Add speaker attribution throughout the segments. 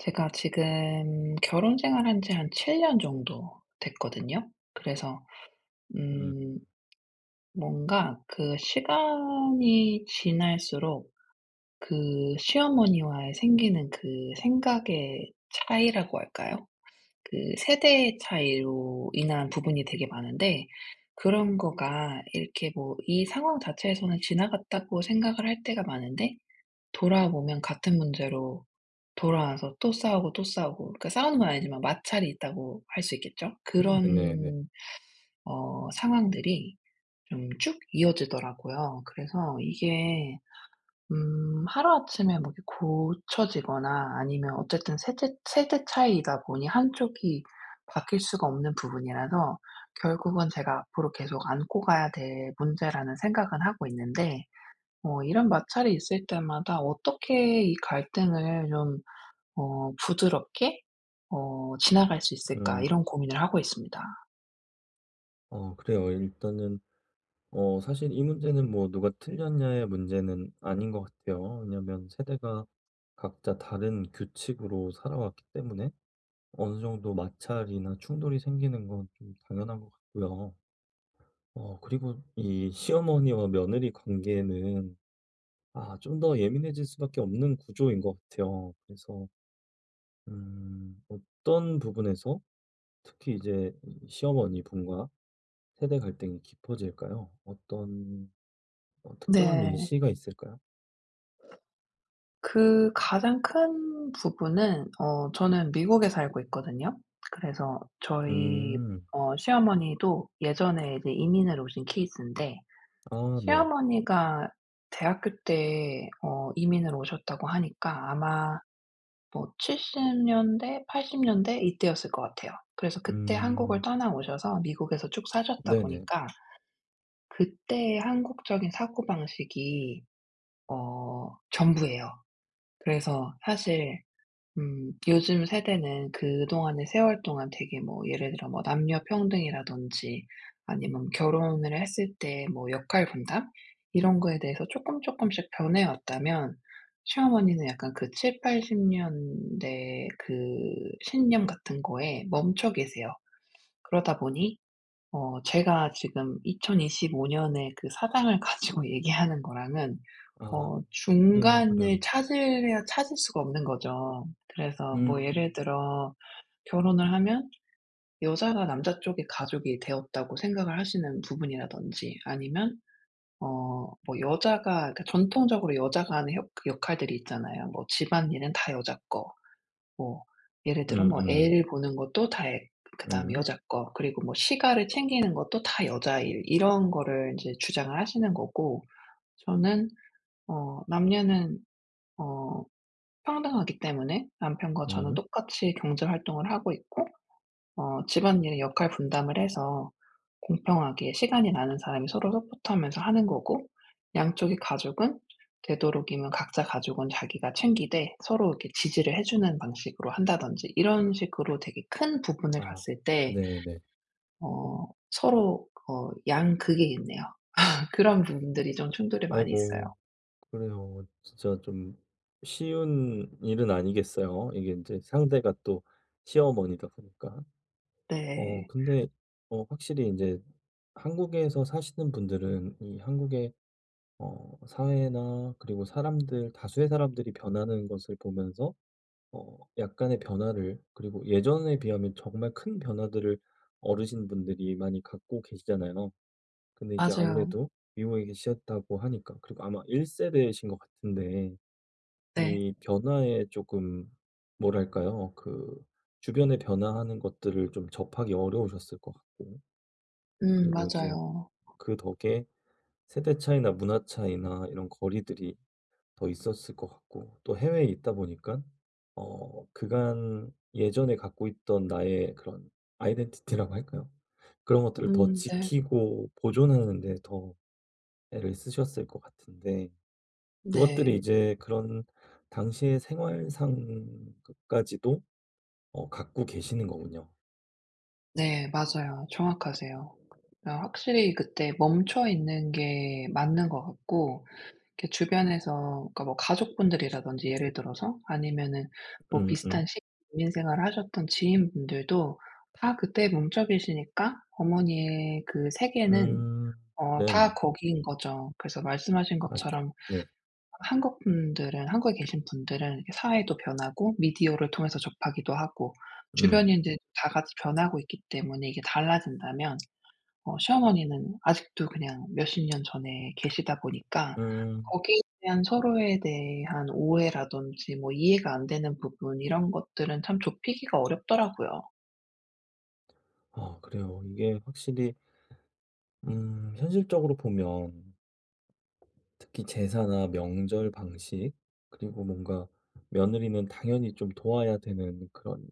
Speaker 1: 제가 지금 결혼 생활한 지 한 7년 정도 됐거든요. 그래서
Speaker 2: 음.
Speaker 1: 음 뭔가 그 시간이 지날수록 그 시어머니와의 생기는 그 생각의 차이라고 할까요? 그 세대의 차이로 인한 부분이 되게 많은데, 그런 거가 이렇게 뭐 이 상황 자체에서는 지나갔다고 생각을 할 때가 많은데, 돌아보면 같은 문제로 돌아와서 또 싸우고 또 싸우고, 그러니까 싸우는 건 아니지만 마찰이 있다고 할 수 있겠죠.
Speaker 2: 네네네.
Speaker 1: 그런 상황들이 좀 쭉 이어지더라고요. 그래서 이게 하루아침에 뭐 이렇게 고쳐지거나, 아니면 어쨌든 세대 차이이다 보니 한쪽이 바뀔 수가 없는 부분이라서 결국은 제가 앞으로 계속 안고 가야 될 문제라는 생각은 하고 있는데, 이런 마찰이 있을 때마다 어떻게 이 갈등을 좀 '부드럽게 지나갈 수 있을까?'
Speaker 2: 음.
Speaker 1: 이런 고민을 하고 있습니다.
Speaker 2: 그래요. 일단은 사실 이 문제는 뭐 누가 틀렸냐의 문제는 아닌 것 같아요. 왜냐면 세대가 각자 다른 규칙으로 살아왔기 때문에 어느 정도 마찰이나 충돌이 생기는 건 좀 당연한 것 같고요. 그리고 이 시어머니와 며느리 관계는 좀 더 예민해질 수밖에 없는 구조인 것 같아요. 그래서 어떤 부분에서 특히 이제 이 시어머니분과 세대 갈등이 깊어질까요? 어떤 특정한
Speaker 1: 네.
Speaker 2: 예시가 있을까요?
Speaker 1: 그 가장 큰 부분은, 저는 미국에 살고 있거든요. 그래서 저희
Speaker 2: 음.
Speaker 1: 시어머니도 예전에 이제 이민을 오신 케이스인데,
Speaker 2: 아 네.
Speaker 1: 시어머니가 대학교 때 이민을 오셨다고 하니까 아마 뭐 70 년대, 80 년대 이때였을 것 같아요. 그래서 그때 한국을
Speaker 2: 음.
Speaker 1: 떠나오셔서 미국에서 쭉 사셨다
Speaker 2: 네네.
Speaker 1: 보니까 그때의 한국적인 사고방식이 전부예요. 그래서 사실 요즘 세대는 그동안의 세월 동안 되게, 뭐 예를 들어 뭐 남녀 평등이라든지 아니면 결혼을 했을 때 뭐 역할 분담, 이런 거에 대해서 쪼끔 쪼끔씩 변해 왔다면, 시어머니는 약간 그 70-80 년대 그 신념 같은 거에 멈춰 계세요. 그러다 보니 제가 지금 2025 년에 그 사장을 가지고 얘기하는 거랑은
Speaker 2: 아 그래요,
Speaker 1: 중간을
Speaker 2: 그래요.
Speaker 1: 찾으려 찾을 수가 없는 거죠. 그래서 뭐 예를
Speaker 2: 음.
Speaker 1: 들어 결혼을 하면 여자가 남자 쪽의 가족이 되었다고 생각을 하시는 부분이라든지, 아니면 어 뭐 여자가, 그러니까 전통적으로 여자가 하는 역 역할들이 있잖아요. 뭐 집안일은 다 여자 거, 뭐 예를 들어 뭐
Speaker 2: 음음.
Speaker 1: 애를 보는 것도 다 애, 그다음에
Speaker 2: 음. 음.
Speaker 1: 여자 거, 그리고 뭐 시가를 챙기는 것도 다 여자 일, 이런 거를 인제 주장을 하시는 거고. 저는 남녀는 어 평등하기 때문에 남편과 저는
Speaker 2: 음.
Speaker 1: 똑같이 경제 활동을 하고 있고, 집안일의 역할 분담을 해서 공평하게 시간이 나는 사람이 서로 서포트하면서 하는 거고, 양쪽의 가족은 되도록이면 각자 가족은 자기가 챙기되 서로 이렇게 지지를 해 주는 방식으로 한다든지, 이런 식으로 되게 큰 부분을
Speaker 2: 아
Speaker 1: 봤을 때
Speaker 2: 네네.
Speaker 1: 어 서로 양극이 있네요. 그런 부분들이 좀 충돌이 많이 있어요.
Speaker 2: 아이고. 그래요. 진짜 좀 쉬운 일은 아니겠어요. 이게 이제 상대가 또 시어머니다 보니까.
Speaker 1: 네.
Speaker 2: 근데 확실히 이제 한국에서 사시는 분들은 이 한국의 사회나 그리고 사람들 다수의 사람들이 변하는 것을 보면서 약간의 변화를 그리고 예전에 비하면 정말 큰 변화들을 어르신분들이 많이 갖고 계시잖아요. 근데 이제
Speaker 1: 맞아요.
Speaker 2: 아무래도 미국에 계셨다고 하니까 그리고 아마 1세대 세대이신 것 같은데
Speaker 1: 네.
Speaker 2: 이 변화에 조금 뭐랄까요? 그 주변에 변화하는 것들을 좀 접하기 어려우셨을 것 같고 그리고 이제
Speaker 1: 맞아요.
Speaker 2: 그 덕에 세대 차이나 문화 차이나 이런 거리들이 더 있었을 것 같고 또 해외에 있다 보니까 그간 예전에 갖고 있던 나의 그런 아이덴티티라고 할까요? 그런 것들을 더
Speaker 1: 네.
Speaker 2: 지키고 보존하는 데더 애를 쓰셨을 것 같은데 그것들이
Speaker 1: 네.
Speaker 2: 이제 그런 당시의 생활상까지도 갖고 계시는 거군요.
Speaker 1: 네 맞아요. 정확하세요. 확실히 그때 멈춰 있는 게 맞는 것 같고, 이렇게 주변에서, 그러니까 뭐 가족분들이라든지 예를 들어서, 아니면은 뭐
Speaker 2: 음음. 음.
Speaker 1: 비슷한 시 국민 생활을 하셨던 지인분들도 다 그때 몸져 계시니까 어머니의 그 세계는
Speaker 2: 음, 네네.
Speaker 1: 다 거기인 거죠. 그래서 말씀하신
Speaker 2: 아이고.
Speaker 1: 것처럼
Speaker 2: 네.
Speaker 1: 한국 분들은, 한국에 계신 분들은 이렇게 사회도 변하고 미디어를 통해서 접하기도 하고
Speaker 2: 음.
Speaker 1: 주변인들도 다 같이 변하고 있기 때문에 이게 달라진다면, 시어머니는 아직도 그냥 몇십 년 전에 계시다 보니까
Speaker 2: 음.
Speaker 1: 거기에 대한, 서로에 대한 오해라든지 뭐 이해가 안 되는 부분, 이런 것들은 참 좁히기가 어렵더라고요.
Speaker 2: 아 그래요. 이게 확실히 현실적으로 보면 특히 제사나 명절 방식 그리고 뭔가 며느리는 당연히 좀 도와야 되는 그런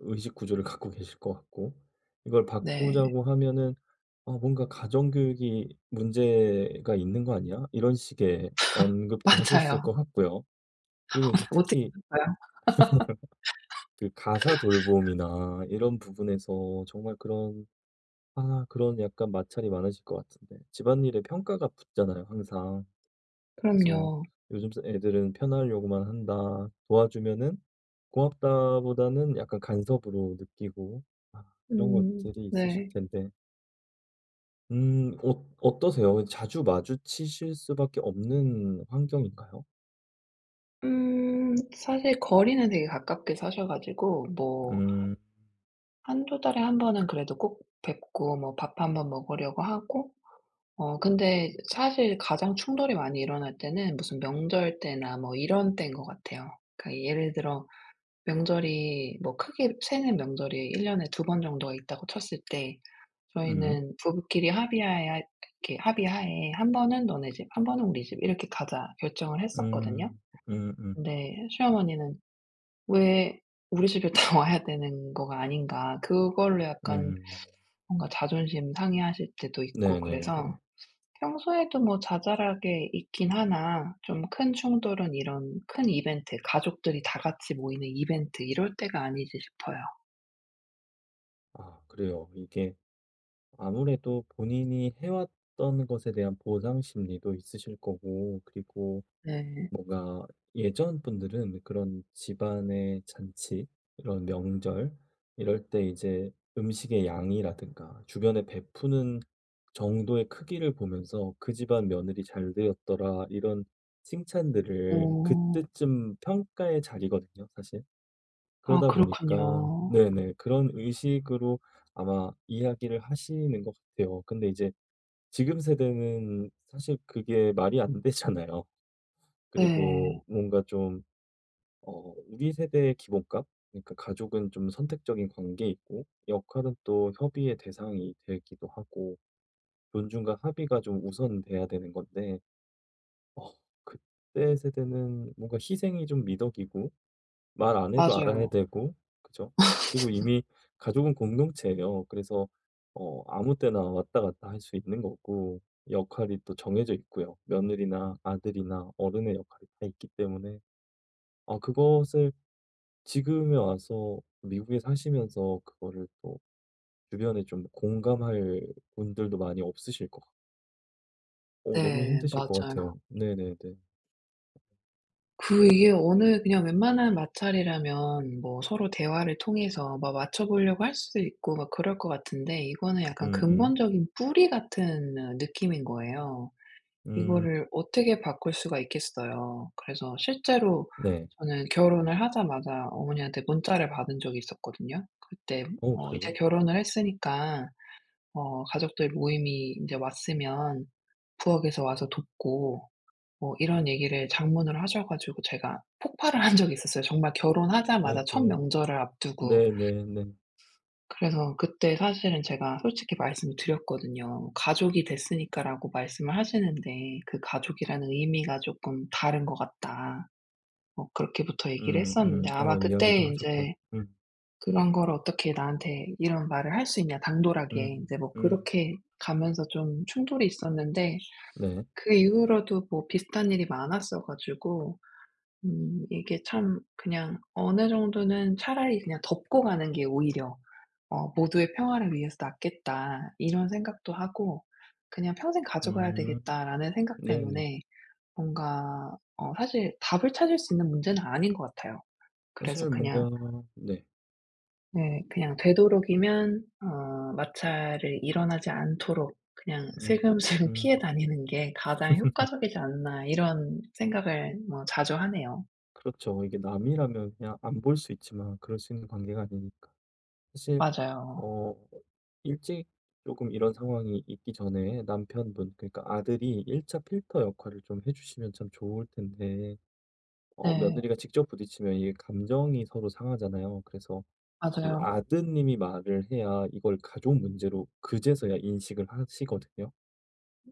Speaker 2: 의식 구조를 갖고 계실 것 같고 이걸
Speaker 1: 네.
Speaker 2: 바꾸자고 하면은 '아 뭔가 가정 교육이 문제가 있는 거 아니야?' 이런 식의 언급도 하셨을
Speaker 1: 맞아요.
Speaker 2: 것 같고요. 그리고 이제
Speaker 1: 어떻게
Speaker 2: 특히
Speaker 1: 할까요?
Speaker 2: 그 가사 돌봄이나 이런 부분에서 정말 그런 그런 약간 마찰이 많으실 것 같은데 집안일에 평가가 붙잖아요 항상. 그래서
Speaker 1: 그럼요.
Speaker 2: "요즘 애들은 편하려고만 한다. 도와주면은 고맙다보다는 약간 간섭으로 느끼고." 아 그런 것들이 있으실
Speaker 1: 네.
Speaker 2: 텐데 음 어 어떠세요? 자주 마주치실 수밖에 없는 환경인가요?
Speaker 1: 사실 거리는 되게 가깝게 사셔 가지고 뭐
Speaker 2: 음.
Speaker 1: 한 두 달에 한 번은 그래도 꼭 뵙고 뭐 밥 한번 먹으려고 하고, 근데 사실 가장 충돌이 많이 일어날 때는 무슨 명절 때나 뭐 이런 때인 것 같아요. 그러니까 예를 들어 명절이, 뭐 크게 세는 명절이 1 년에 두 번 정도가 있다고 쳤을 때,
Speaker 2: 음.
Speaker 1: 저희는 부부끼리 합의하에, 이렇게 합의하에 한 번은 너네 집, 한 번은 우리 집 이렇게 가자 결정을 했었거든요.
Speaker 2: 음. 음음. 음.
Speaker 1: 근데 시어머니는 '왜 우리 집에 다 와야 되는 거가 아닌가.' 그걸로 약간
Speaker 2: 음.
Speaker 1: 뭔가 자존심 상해하실 때도 있고. 그래서
Speaker 2: 네네네.
Speaker 1: 평소에도 뭐 자잘하게 있긴 하나 좀 큰 충돌은 이런 큰 이벤트, 가족들이 다 같이 모이는 이벤트 이럴 때가 아니지 싶어요.
Speaker 2: 아 그래요. 이게 아무래도 본인이 해 왔던 것에 대한 보상 심리도 있으실 거고 그리고
Speaker 1: 네.
Speaker 2: 뭔가 예전 분들은 그런 집안의 잔치, 이런 명절 이럴 때 이제 음식의 양이라든가 주변에 베푸는 정도의 크기를 보면서 '그 집안 며느리 잘 되었더라.' 이런 칭찬들을
Speaker 1: 어.
Speaker 2: 그때쯤 평가의 자리거든요 사실.
Speaker 1: 아
Speaker 2: 그러다 보니까
Speaker 1: 그렇군요.
Speaker 2: 네네 그런 의식으로 아마 이야기를 하시는 것 같아요. 근데 이제 지금 세대는 사실 그게 말이 안 되잖아요. 그리고
Speaker 1: 네.
Speaker 2: 뭔가 좀 우리 세대의 기본값, 그러니까 가족은 좀 선택적인 관계 있고 역할은 또 협의의 대상이 되기도 하고 존중과 합의가 좀 우선돼야 되는 건데 어 그때 세대는 뭔가 희생이 좀 미덕이고 말 안 해도 알아야
Speaker 1: 맞아요.
Speaker 2: 되고 그죠? 그리고 이미 가족은 공동체예요. 그래서 아무 때나 왔다 갔다 할 수 있는 거고 역할이 또 정해져 있고요. 며느리나 아들이나 어른의 역할이 다 있기 때문에 그것을 지금에 와서 미국에 사시면서 그거를 또 주변에 좀 공감할 분들도 많이 없으실 것 같고 너무
Speaker 1: 네.
Speaker 2: 힘드실 것
Speaker 1: 맞아요.
Speaker 2: 같아요. 네네네.
Speaker 1: 그 이게 어느 그냥 웬만한 마찰이라면 뭐 서로 대화를 통해서 막 맞춰 보려고 할 수도 있고 막 그럴 것 같은데, 이거는 약간
Speaker 2: 음음.
Speaker 1: 근본적인 뿌리 같은 느낌인 거예요.
Speaker 2: 음. 음,
Speaker 1: 이거를 어떻게 바꿀 수가 있겠어요. 그래서 실제로
Speaker 2: 네.
Speaker 1: 저는 결혼을 하자마자 어머니한테 문자를 받은 적이 있었거든요. 그때
Speaker 2: 어
Speaker 1: "이제
Speaker 2: 그래요?
Speaker 1: 결혼을 했으니까 가족들 모임이 인제 왔으면 부엌에서 와서 돕고." 뭐 이런 얘기를 장문으로 하셔 가지고 제가 폭발을 한 적이 있었어요. 정말 결혼하자마자 첫
Speaker 2: 아이고.
Speaker 1: 명절을 앞두고.
Speaker 2: 네네네.
Speaker 1: 그래서 그때 사실은 제가 솔직히 말씀을 드렸거든요. "가족이 됐으니까."라고 말씀을 하시는데 그 가족이라는 의미가 쪼끔 다른 것 같다. 뭐 그렇게부터 얘기를 했었는데,
Speaker 2: 음음.
Speaker 1: 아마 그때
Speaker 2: 이야기도 하셨고요.
Speaker 1: 인제
Speaker 2: 음.
Speaker 1: 그런 걸 "어떻게 나한테 이런 말을 할 수 있냐, 당돌하게."
Speaker 2: 음.
Speaker 1: 인제 뭐
Speaker 2: 음.
Speaker 1: 그렇게 가면서 좀 충돌이 있었는데,
Speaker 2: 네.
Speaker 1: 그 이후로도 뭐 비슷한 일이 많았어 가지고 이게 참, 그냥 어느 정도는 차라리 그냥 덮고 가는 게 오히려 '모두의 평화를 위해서 낫겠다.' 이런 생각도 하고, '그냥 평생 가져가야
Speaker 2: 음.
Speaker 1: 되겠다.'라는 생각
Speaker 2: 네네.
Speaker 1: 때문에 뭔가 사실 답을 찾을 수 있는 문제는 아닌 것 같아요. 그래서
Speaker 2: 사실
Speaker 1: 그냥,
Speaker 2: 뭔가 네.
Speaker 1: 네, 그냥 되도록이면 마찰이 일어나지 않도록 그냥
Speaker 2: 음.
Speaker 1: 슬금슬금
Speaker 2: 음.
Speaker 1: 피해 다니는 게 가장 효과적이지 않나, 이런 생각을 뭐 자주 하네요.
Speaker 2: 그렇죠. 이게 남이라면 그냥 안 볼 수 있지만 그럴 수 있는 관계가 아니니까. 사실
Speaker 1: 맞아요.
Speaker 2: 어 일찍 조금 이런 상황이 있기 전에 남편분, 그러니까 아들이 1차 필터 역할을 좀 해 주시면 참 좋을 텐데
Speaker 1: 네.
Speaker 2: 며느리가 직접 부딪히면 이게 감정이 서로 상하잖아요. 그래서 이
Speaker 1: 맞아요.
Speaker 2: 아드님이 말을 해야 이걸 가족 문제로 그제서야 인식을 하시거든요.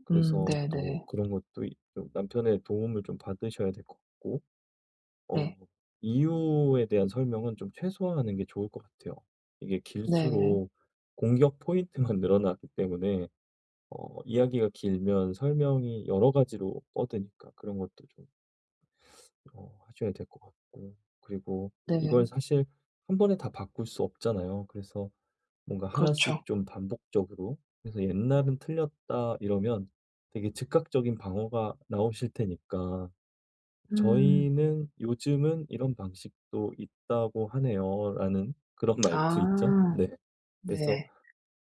Speaker 2: 그래서 또
Speaker 1: 네네.
Speaker 2: 그런 것도 이 좀 남편의 도움을 좀 받으셔야 될 것 같고 어
Speaker 1: 네.
Speaker 2: 이유에 대한 설명은 좀 최소화하는 게 좋을 것 같아요. 이게
Speaker 1: 네. 네.
Speaker 2: 길수록 공격 포인트만 늘어나기 때문에 이야기가 길면 설명이 여러 가지로 뻗으니까 그런 것도 좀 하셔야 될 것 같고 그리고 이걸
Speaker 1: 네,
Speaker 2: 사실 한 번에 다 바꿀 수 없잖아요. 그래서 뭔가
Speaker 1: 그렇죠.
Speaker 2: 하나씩 좀 반복적으로. 그래서 "옛날은 틀렸다." 이러면 되게 즉각적인 방어가 나오실 테니까
Speaker 1: 음.
Speaker 2: "저희는 요즘은 이런 방식도 있다고 하네요."라는 그런 말도 있죠.
Speaker 1: 아.
Speaker 2: 네. 그래서
Speaker 1: 네.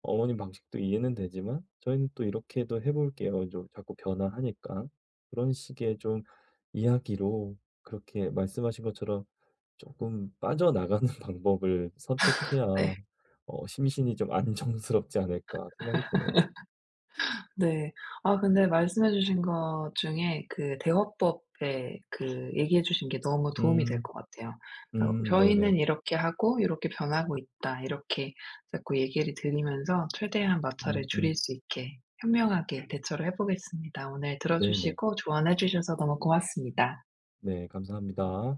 Speaker 2: 어머님 방식도 이해는 되지만 "저희는 또 이렇게도 해 볼게요." 좀 자꾸 변화하니까. 그런 식의 좀 이야기로 그렇게 말씀하신 것처럼 조금 빠져나가는 방법을 선택해야
Speaker 1: 네.
Speaker 2: 심신이 좀 안정스럽지 않을까 생각이 드네요.
Speaker 1: 네. 아 근데 말씀해 주신 것 중에 그 대화법에 그 얘기해 주신 게 너무 도움이 될
Speaker 2: 음.
Speaker 1: 것 같아요. 그러니까
Speaker 2: 음. 네네.
Speaker 1: "저희는 이렇게 하고 요렇게 변하고 있다." 이렇게 자꾸 얘기를 드리면서 최대한 마찰을 줄일
Speaker 2: 음음.
Speaker 1: 수 있게 현명하게 대처를 해 보겠습니다. 오늘 들어
Speaker 2: 네네.
Speaker 1: 주시고 조언해 주셔서 너무 고맙습니다.
Speaker 2: 네. 감사합니다.